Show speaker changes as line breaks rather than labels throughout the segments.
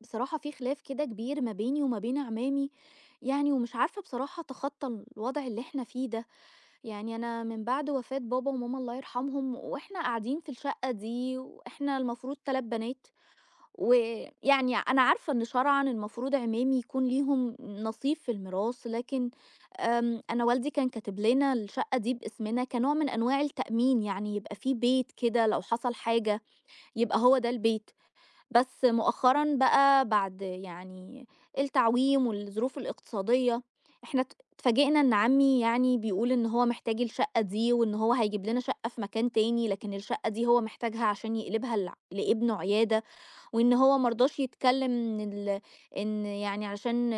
بصراحة في خلاف كده كبير ما بيني وما بين عمامي. ومش عارفة بصراحة أتخطى الوضع اللي احنا فيه ده. أنا من بعد وفاة بابا وماما الله يرحمهم واحنا قاعدين في الشقة دي واحنا المفروض 3 بنات. أنا عارفة إن شرعا المفروض عمامي يكون ليهم نصيب في الميراث، لكن أنا والدي كان كاتب لنا الشقة دي باسمنا كنوع من أنواع التأمين، يعني يبقى في بيت كده لو حصل حاجة يبقى هو ده البيت. بس مؤخرًا بقى بعد التعويم والظروف الاقتصادية، إحنا اتفاجئنا إن عمي يعني بيقول إن هو محتاج الشقة دي، وإن هو هيجيب لنا شقة في مكان تاني، لكن الشقة دي هو محتاجها عشان يقلبها لابنه عيادة. وإن هو ما رضاش يتكلم إن يعني علشان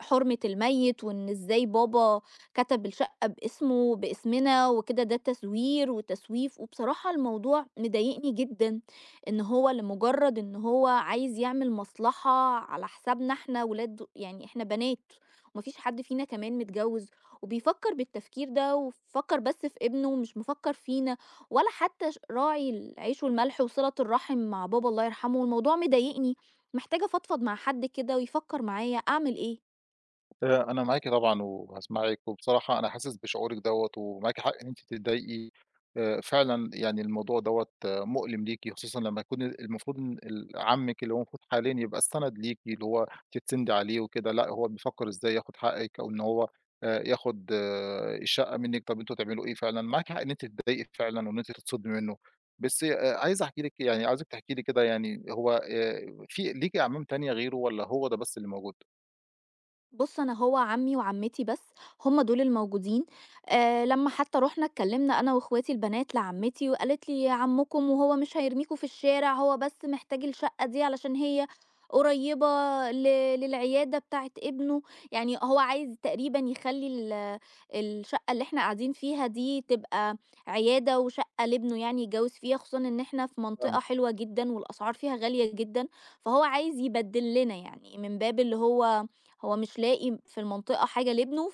حُرمة الميت، وإن إزاي بابا كتب الشقة باسمنا وكده، ده تزوير وتسويف. وبصراحة الموضوع مضايقني جدًا، إن هو لمجرد إن هو عايز يعمل مصلحة على حسابنا، إحنا ولاد يعني إحنا بنات، وما فيش حد فينا كمان متجوّز، وبيفكّر بالتفكير ده وفكّر بس في ابنه ومش مفكّر فينا، ولا حتى راعي العيش والملح وصِلة الرحم مع بابا الله يرحمه. والموضوع مضايقني، محتاجة أفضفض مع حد كده ويفكّر معايا أعمل إيه؟
أنا معاكِ طبعًا وهاسمعِك، وبصراحة أنا حاسس بشعورِك دوّة ومعاكِ حق إن أنتِ تتضايقي، فعلًا يعني الموضوع دوّة مؤلم ليكِ، خصوصًا لمّا يكون المفروض إن عمِّك اللي هو المفروض حاليًا يبقى السَند ليكِ، اللي هو تتسندي عليه وكده، لأ هو بيفكّر إزاي ياخُد حقِّك أو إن هو ياخُد آه، الشقة منِّك، طَب أنتم تعملوا إيه فعلًا؟ معاكِ حق إن أنتِ تتضايقي فعلًا وإن أنتِ تتصدمي منّه، بس عايز أحكي لِك يعني عاوزِك تحكي لي كده يعني هو في ليكِ أعمام تانية غيره والّا هو ده بس اللي موجود؟
بُص، أنا هو عمي وعمتي بس، هم دول الموجودين. لمّا حتى رُحنا اتكلمنا أنا واخواتي البنات لعمتي وقالت لي: "عمكم وهو مش هيرميكم في الشارع، هو بس محتاج الشقة دي علشان هي قريبة ل للعيادة بتاعة ابنه." يعني هو عايز تقريبًا يخلّي الشقة اللي إحنا قاعدين فيها دي تبقى عيادة وشقة لابنه، يعني يتجوز فيها، خصوصًا إن إحنا في منطقة حلوة جدًا والأسعار فيها غالية جدًا. فهو عايز يبدِّل لنا، يعني من باب اللي هو هو مش لاقي في المنطقة حاجة لابنه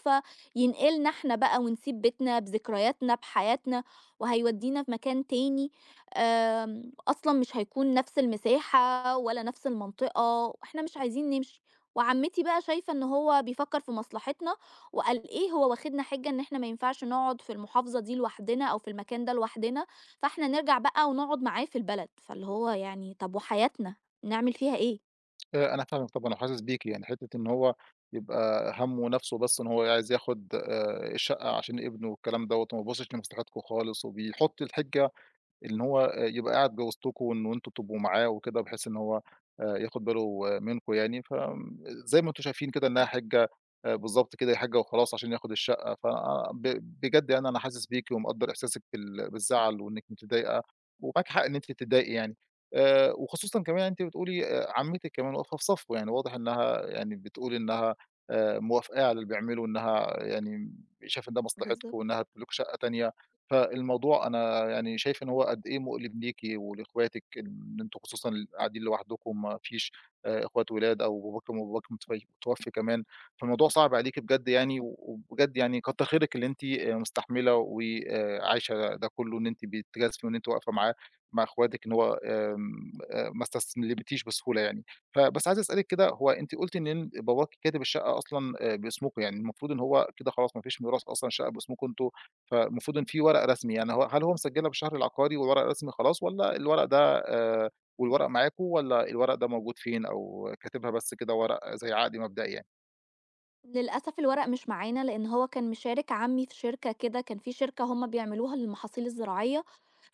فينقلنا إحنا بقى ونسيب بيتنا بذكرياتنا بحياتنا وهيودينا في مكان تاني. أصلا مش هيكون نفس المساحة ولا نفس المنطقة، إحنا مش عايزين نمشي. وعمتي بقى شايفة إن هو بيفكر في مصلحتنا، وقال إيه هو واخدنا حجة إن إحنا ما ينفعش نقعد في المحافظة دي لوحدنا أو في المكان ده لوحدنا، فإحنا نرجع بقى ونقعد معاه في البلد. فاللي هو يعني طب وحياتنا نعمل فيها إيه؟
أنا فاهمِك طبعًا وحاسس بيكِ، يعني حتّة إن هو يبقى هَمّه نَفْسه بس إن هو عايز ياخُد الشقة عشان ابنه والكلام دوّة وما بيبصّش لمصلحتكم خالص، وبيحُط الحِجّة إن هو يبقى قاعد وسطكم وإن أنتم تبقوا معاه وكده بحيث إن هو ياخد باله منكم يعني، زي ما أنتم شايفين كده إنها حِجّة بالضبط كده هي حِجّة وخلاص عشان ياخد الشقة، ف ب بجد يعني أنا حاسس بيكِ ومقدّر إحساسِك بالزعل وإنِّك متضايقة، ومعاكِ حق إن أنتِ تتضايقي يعني. وخصوصًا كمان يعني أنتِ بتقولي عمتِك كمان واقفة في صفّه، يعني واضح إنها يعني بتقول إنها موافقاه على اللي بيعمله، إنها يعني شايفة إن ده مصلحتكم
بالضبط.
وإنها هتجيب لكم شقة تانية. فالموضوع أنا يعني شايف إن هو قد إيه مؤلم ليكِ ولإخواتِك، إن أنتم خصوصًا قاعدين لوحدكم ما فيش إخوات ولاد أو باباكم وباباكِ متوفي كمان، فالموضوع صعب عليكِ بجد يعني، وبجد يعني كتّر خيرِك اللي أنتِ مستحملة وآآ عايشة ده كلّه، إن أنتِ بتجازفي وإن أنتِ واقفة معاه مع إخواتِك، إن هو آمم ما استسلمتيش بسهولة يعني. فبس عايز أسألِك كده، هو أنتِ قُلتِ إن باباكِ كاتب الشقة أصلًا باسمكم، يعني المفروض إن هو كده خلاص ما فيش ميراث أصلًا، الشقة باسمكم أنتم فالمفروض إن في ورق رسمي، يعني هو هل هو مسجّلها بالشهر العقاري والورق الرسمي خلاص والّا الورق ده والورق معاكم والّا الورق ده موجود فين أو كاتبها بس كده ورق زي عقد مبدئي يعني؟
للأسف الورق مش معانا، لأن هو كان مشارك عمي في شركة كده، كان في شركة هم بيعملوها للمحاصيل الزراعية،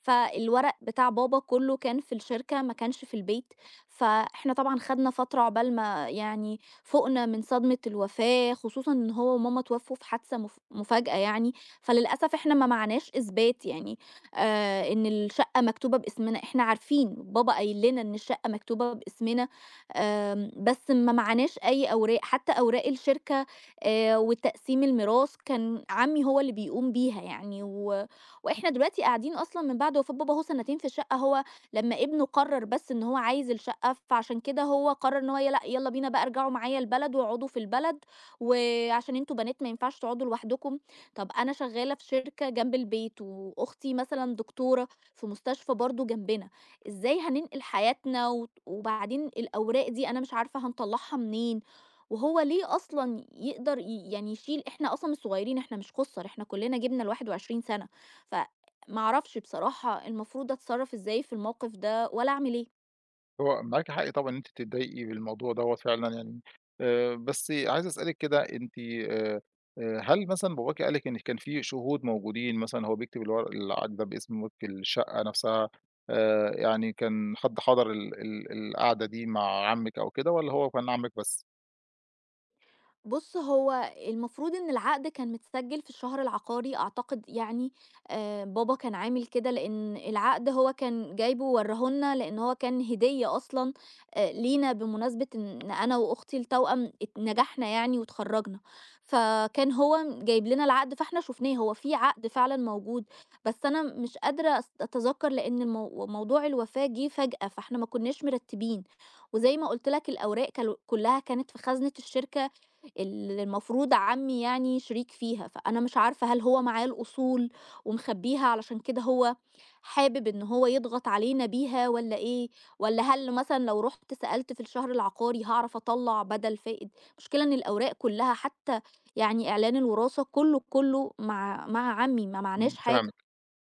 فالورق بتاع بابا كله كان في الشركة ما كانش في البيت. فاحنا طبعا خدنا فترة عقبال ما يعني فوقنا من صدمة الوفاة، خصوصا ان هو وماما توفوا في حادثة مفاجأة يعني. فللأسف احنا ما معناش اثبات، يعني آه ان الشقة مكتوبة باسمنا، احنا عارفين بابا قايل لنا ان الشقة مكتوبة باسمنا. بس ما معناش اي اوراق حتى اوراق الشركة. وتقسيم الميراث كان عمي هو اللي بيقوم بيها، يعني و وإحنا دلوقتي قاعدين أصلًا من بعد وفاة بابا أهو سنتين في الشقة. هو لمّا ابنه قرّر بس إن هو عايز الشقة، فعشان كده هو قرّر إن هو ي لأ يالّا بينا بقى ارجعوا معايا البلد واقعدوا في البلد، وعشان أنتم بنات ما ينفعش تقعدوا لوحدكم. طب أنا شغّالة في شركة جنب البيت، وأختي مثلًا دكتورة في مستشفى برضه جنبنا، إزاي هننقل حياتنا وبعدين الأوراق دي أنا مش عارفة هنطلّعها منين؟ وهو ليه أصلًا يقدر ي يعني يشيل، إحنا أصلًا مش صغيرين، إحنا مش خُسّر، إحنا كُلّنا جِبنا ال21 سَنة. ف ما أعرفش بصراحة المفروض أتصرّف إزاي في الموقف ده والّا أعمل إيه؟
هو معاكِ حق طبعًا إن أنتِ تتضايقي بالموضوع دوّة فعلًا يعني، بس عايز أسألِك كده أنتِ هل مثلًا باباكِ قال لِك إن كان في شهود موجودين مثلًا هو بيكتب الورق العقد ده باسمِك، الشقة نفسها يعني كان حد حضر ال ال القعدة دي مع عمِّك أو كده والّا هو كان عمِّك بس؟
بُص، هو المفروض إن العقد كان متسجّل في الشهر العقاري أعتقد يعني. بابا كان عامل كده، لإن العقد هو كان جايبه وورّاه لنا، لإن هو كان هدية أصلًا لينا بمناسبة إن أنا وأختي التوأم نجحنا يعني واتخرّجنا. فكان هو جايب لنا العقد فإحنا شُفناه، هو في عقد فعلًا موجود. بس أنا مش قادرة أتذكّر، لإن موضوع الوفاة جِه فجأة، فإحنا ما كناش مرتّبين. وزي ما قُلت لك الأوراق كلّها كانت في خزنة الشركة اللي المفروض عمي يعني شريك فيها. فأنا مش عارفة هل هو معاه الأصول ومخبيها، علشان كده هو حابب إن هو يضغط علينا بيها والّا إيه؟ والّا هل مثلًا لو رُحت سألت في الشهر العقاري هاعرف أطلّع بدل فائد؟ المشكلة إن الأوراق كلها، حتى يعني إعلان الوراثة كُلّه، كُلّه مع عمي، ما
إمم،
معناش حاجة.
فاهمِك.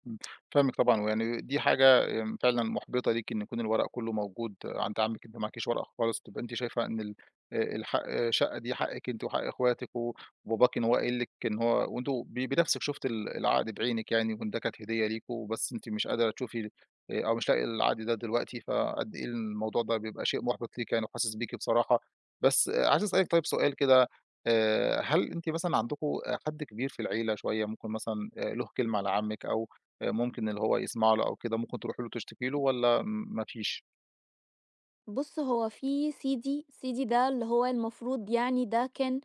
إمم، فاهمِك طبعًا، ويعني دي حاجة فعلًا مُحبِطة ليكِ إن يكون الورق كلّه موجود عند عمِّك، أنتِ معاكيش ورقة خالص، تبقى أنتِ شايفة إن ال الحق الشقة دي حقِّك أنتِ وحق إخواتِك، وباباكِ إن هو قايل لِك إن هو وأنتم بنَفْسِك شُفتِ العقد بعينِك يعني، وإن ده كانت هدية ليكم، بس أنتِ مش قادرة تشوفي أو مش لاقية العقد ده دلوقتي، فقد إيه الموضوع ده بيبقى شيء مُحبِط ليكِ يعني وحاسس بيكِ بصراحة. بس عايز أسألِك طيب سؤال كده، هل أنتِ مثلًا عندكم حد كبير في العيلة شوية ممكن مثلًا له كلمة على عمِّك أو ممكن اللي هو يسمع له أو كده، ممكن تروحي له تشتكي له والّا ما فيش؟
بُص، هو في سيدي، سيدي ده اللي هو المفروض يعني ده كان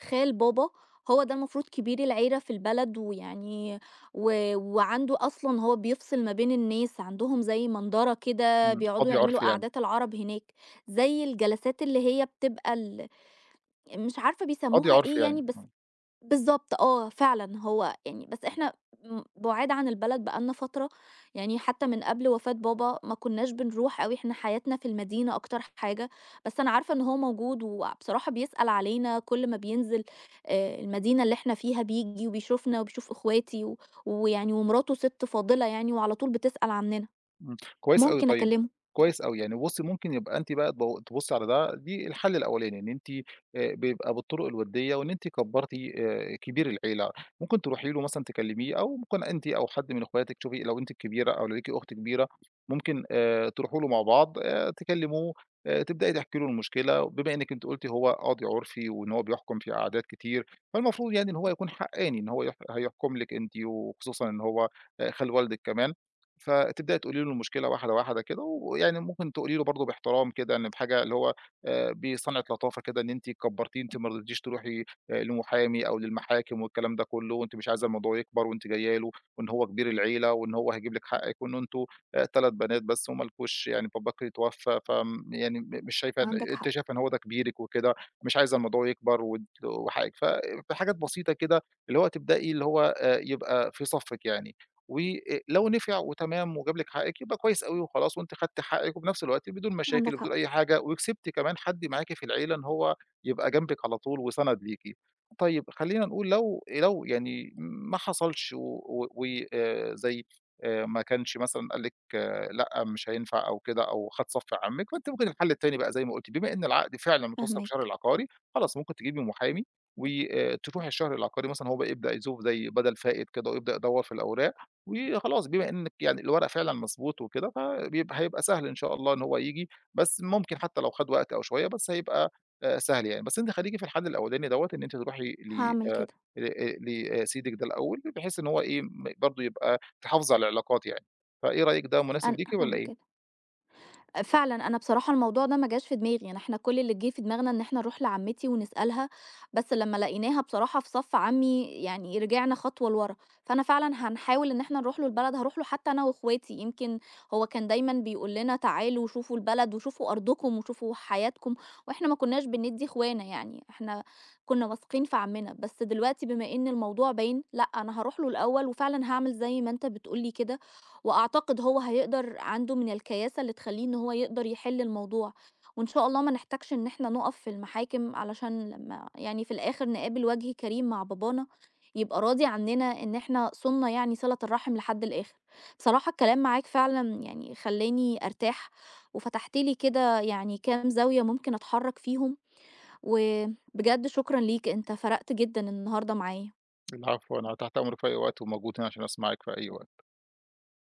خال بابا. هو ده المفروض كبير العيلة في البلد، ويعني و وعنده أصلًا هو بيفصل ما بين الناس، عندهم زي منظرة كده
إمم،
بيقعدوا
قاضي عُرف
يعملوا
يعني،
قعدات العرب هناك، زي الجلسات اللي هي بتبقى مش عارفة
قاضي
بيسموها
عُرف
إيه
يعني،
يعني، بس
آه.
بالضبط آه، فعلًا هو يعني. بس إحنا بُعاد عن البلد بقى لنا فترة، يعني حتى من قبل وفاة بابا ما كناش بنروح أوي، إحنا حياتنا في المدينة أكتر حاجة. بس أنا عارفة إن هو موجود وبصراحة بيسأل علينا كل ما بينزل المدينة اللي إحنا فيها، بييجي وبيشوفنا وبيشوف إخواتي و ويعني ومراته ست فاضلة يعني وعلى طول بتسأل عننا،
إمم، كويس أوي
ممكن
طيب،
أكلمه.
كويس أوي، يعني بُصّي ممكن يبقى أنتِ بقى تبُصّي على ده دي الحل الأولاني، إن أنتِ بيبقى بالطرق الودية وإن أنتِ كبّرتِ كبير العيلة، ممكن تروحي له مثلًا تكلميه أو ممكن أنتِ أو حد من اخواتِك شوفي لو أنتِ الكبيرة أو لو ليكِ أخت كبيرة، ممكن تروحوا له مع بعض تكلموه، تبدئي تحكي له المشكلة، وبما إنِّك أنتِ قُلتِ هو قاضي عُرفي وإن هو بيحكم في عادات كتير، فالمفروض يعني إن هو يكون حقّاني إن هو هيحكم لِك أنتِ وخصوصًا إن هو خال والدِك كمان، فتبدأي تقولي له المشكلة واحدة، واحدة كده، ويعني ممكن تقولي له برضه باحترام كده إن بحاجة اللي هو بصنعة لطافة كده إن أنتِ كبّرتيه، أنتِ ما رضيتيش تروحي لمحامي أو للمحاكم والكلام ده كلّه، وأنتِ مش عايزة الموضوع يكبر وأنتِ جاية له وإن هو كبير العيلة وإن هو هيجيب لِك حقِّك وإن أنتم 3 بنات بس وما لكوش يعني باباكِ اتوفى يعني مش شايفة إن
عندك
أنتِ
حق.
شايفة إن هو ده كبيرِك وكده، مش عايزة الموضوع يكبر وأنتِ وحقِّك. بحاجات بسيطة كده اللي هو تبدئي اللي هو يبقى في صفِّك يعني. ولو نفع وتمام وجاب لِك حقِّك يبقى كويس أوي وخلاص وأنتِ خدتِ حقِّك وبنفس الوقت بدون مشاكل
عندك حق.
وبدون أي حاجة، وكسبتِ كمان حد معاكِ في العيلة إن هو يبقى جنبِك على طول وسَنَد ليكِ. طيب خلّينا نقول لو يعني ما حصلش و زي ما كانش مثلًا قال لِك آه، لأ، مش هينفع أو كده أو خد صف عمِّك، فأنتِ ممكن الحل التاني بقى زي ما قُلتِ، بما إن العقد فعلًا متوثّق بالشهر
فاهماك.
العقاري، خلاص ممكن تجيبي محامي وتروحي الشهر العقاري مثلًا هو بقى يبدأ يشوف زي بدل فائت كده ويبدأ يدوّر في الأوراق وخلاص بما إنِّك يعني الورق فعلًا مضبوط وكده، هيبقى سهل إن شاء الله إن هو ييجي، بس ممكن حتى لو خَد وقت أو شوية، بس هيبقى سهل يعني. بس أنتِ خلّيكِ في الحل الأولاني دوّة، إن أنتِ تروحي ل
هاعمل كده.
آآ لسيدِك ده الأول، بحيث إن هو إيه، برضه يبقى تحافظي على العلاقات يعني. فإيه رأيِك ده مناسب
أنا
ليكِ والّا
هاعمل كده.
إيه؟
فعلًا، أنا بصراحة الموضوع ده ما جاش في دماغي، يعني إحنا كل اللي جه في دماغنا إن إحنا نروح لعمتي ونسألها، بس لمّا لقيناها بصراحة في صف عمي يعني رجعنا خطوة لورا. فأنا فعلًا هنحاول إن إحنا نروح له البلد، هاروح له حتى أنا وأخواتي. يمكن هو كان دايمًا بيقول لنا تعالوا شوفوا البلد وشوفوا أرضكم وشوفوا حياتكم، وإحنا ما كناش بندّي إخوانا يعني، إحنا كنا واثقين في عمنا. بس دلوقتي بما إن الموضوع باين، لأ، أنا هاروح له الأول وفعلًا هاعمل زي ما أنت بتقول لي كده. وأعتقد هو هيقدر، عنده من الكياسة اللي تخلّيه إن هو يقدر يحل الموضوع، وإن شاء الله ما نحتاجش إن إحنا نُقف في المحاكم، علشان لمّا يعني في الآخر نقابل وجه كريم مع بابانا، يبقى راضي عننا إن إحنا صُنّا يعني صِلة الرحم لحد الآخر. بصراحة الكلام معاك فعلًا يعني خلّاني أرتاح، وفتحت لي كده يعني كام زاوية ممكن أتحرّك فيهم. وبجد شكرًا ليك، أنت فرقت جدًا النهارده معايا.
العفو، أنا تحت أمرِك في أي وقت وموجود هنا عشان أسمعِك في أي وقت.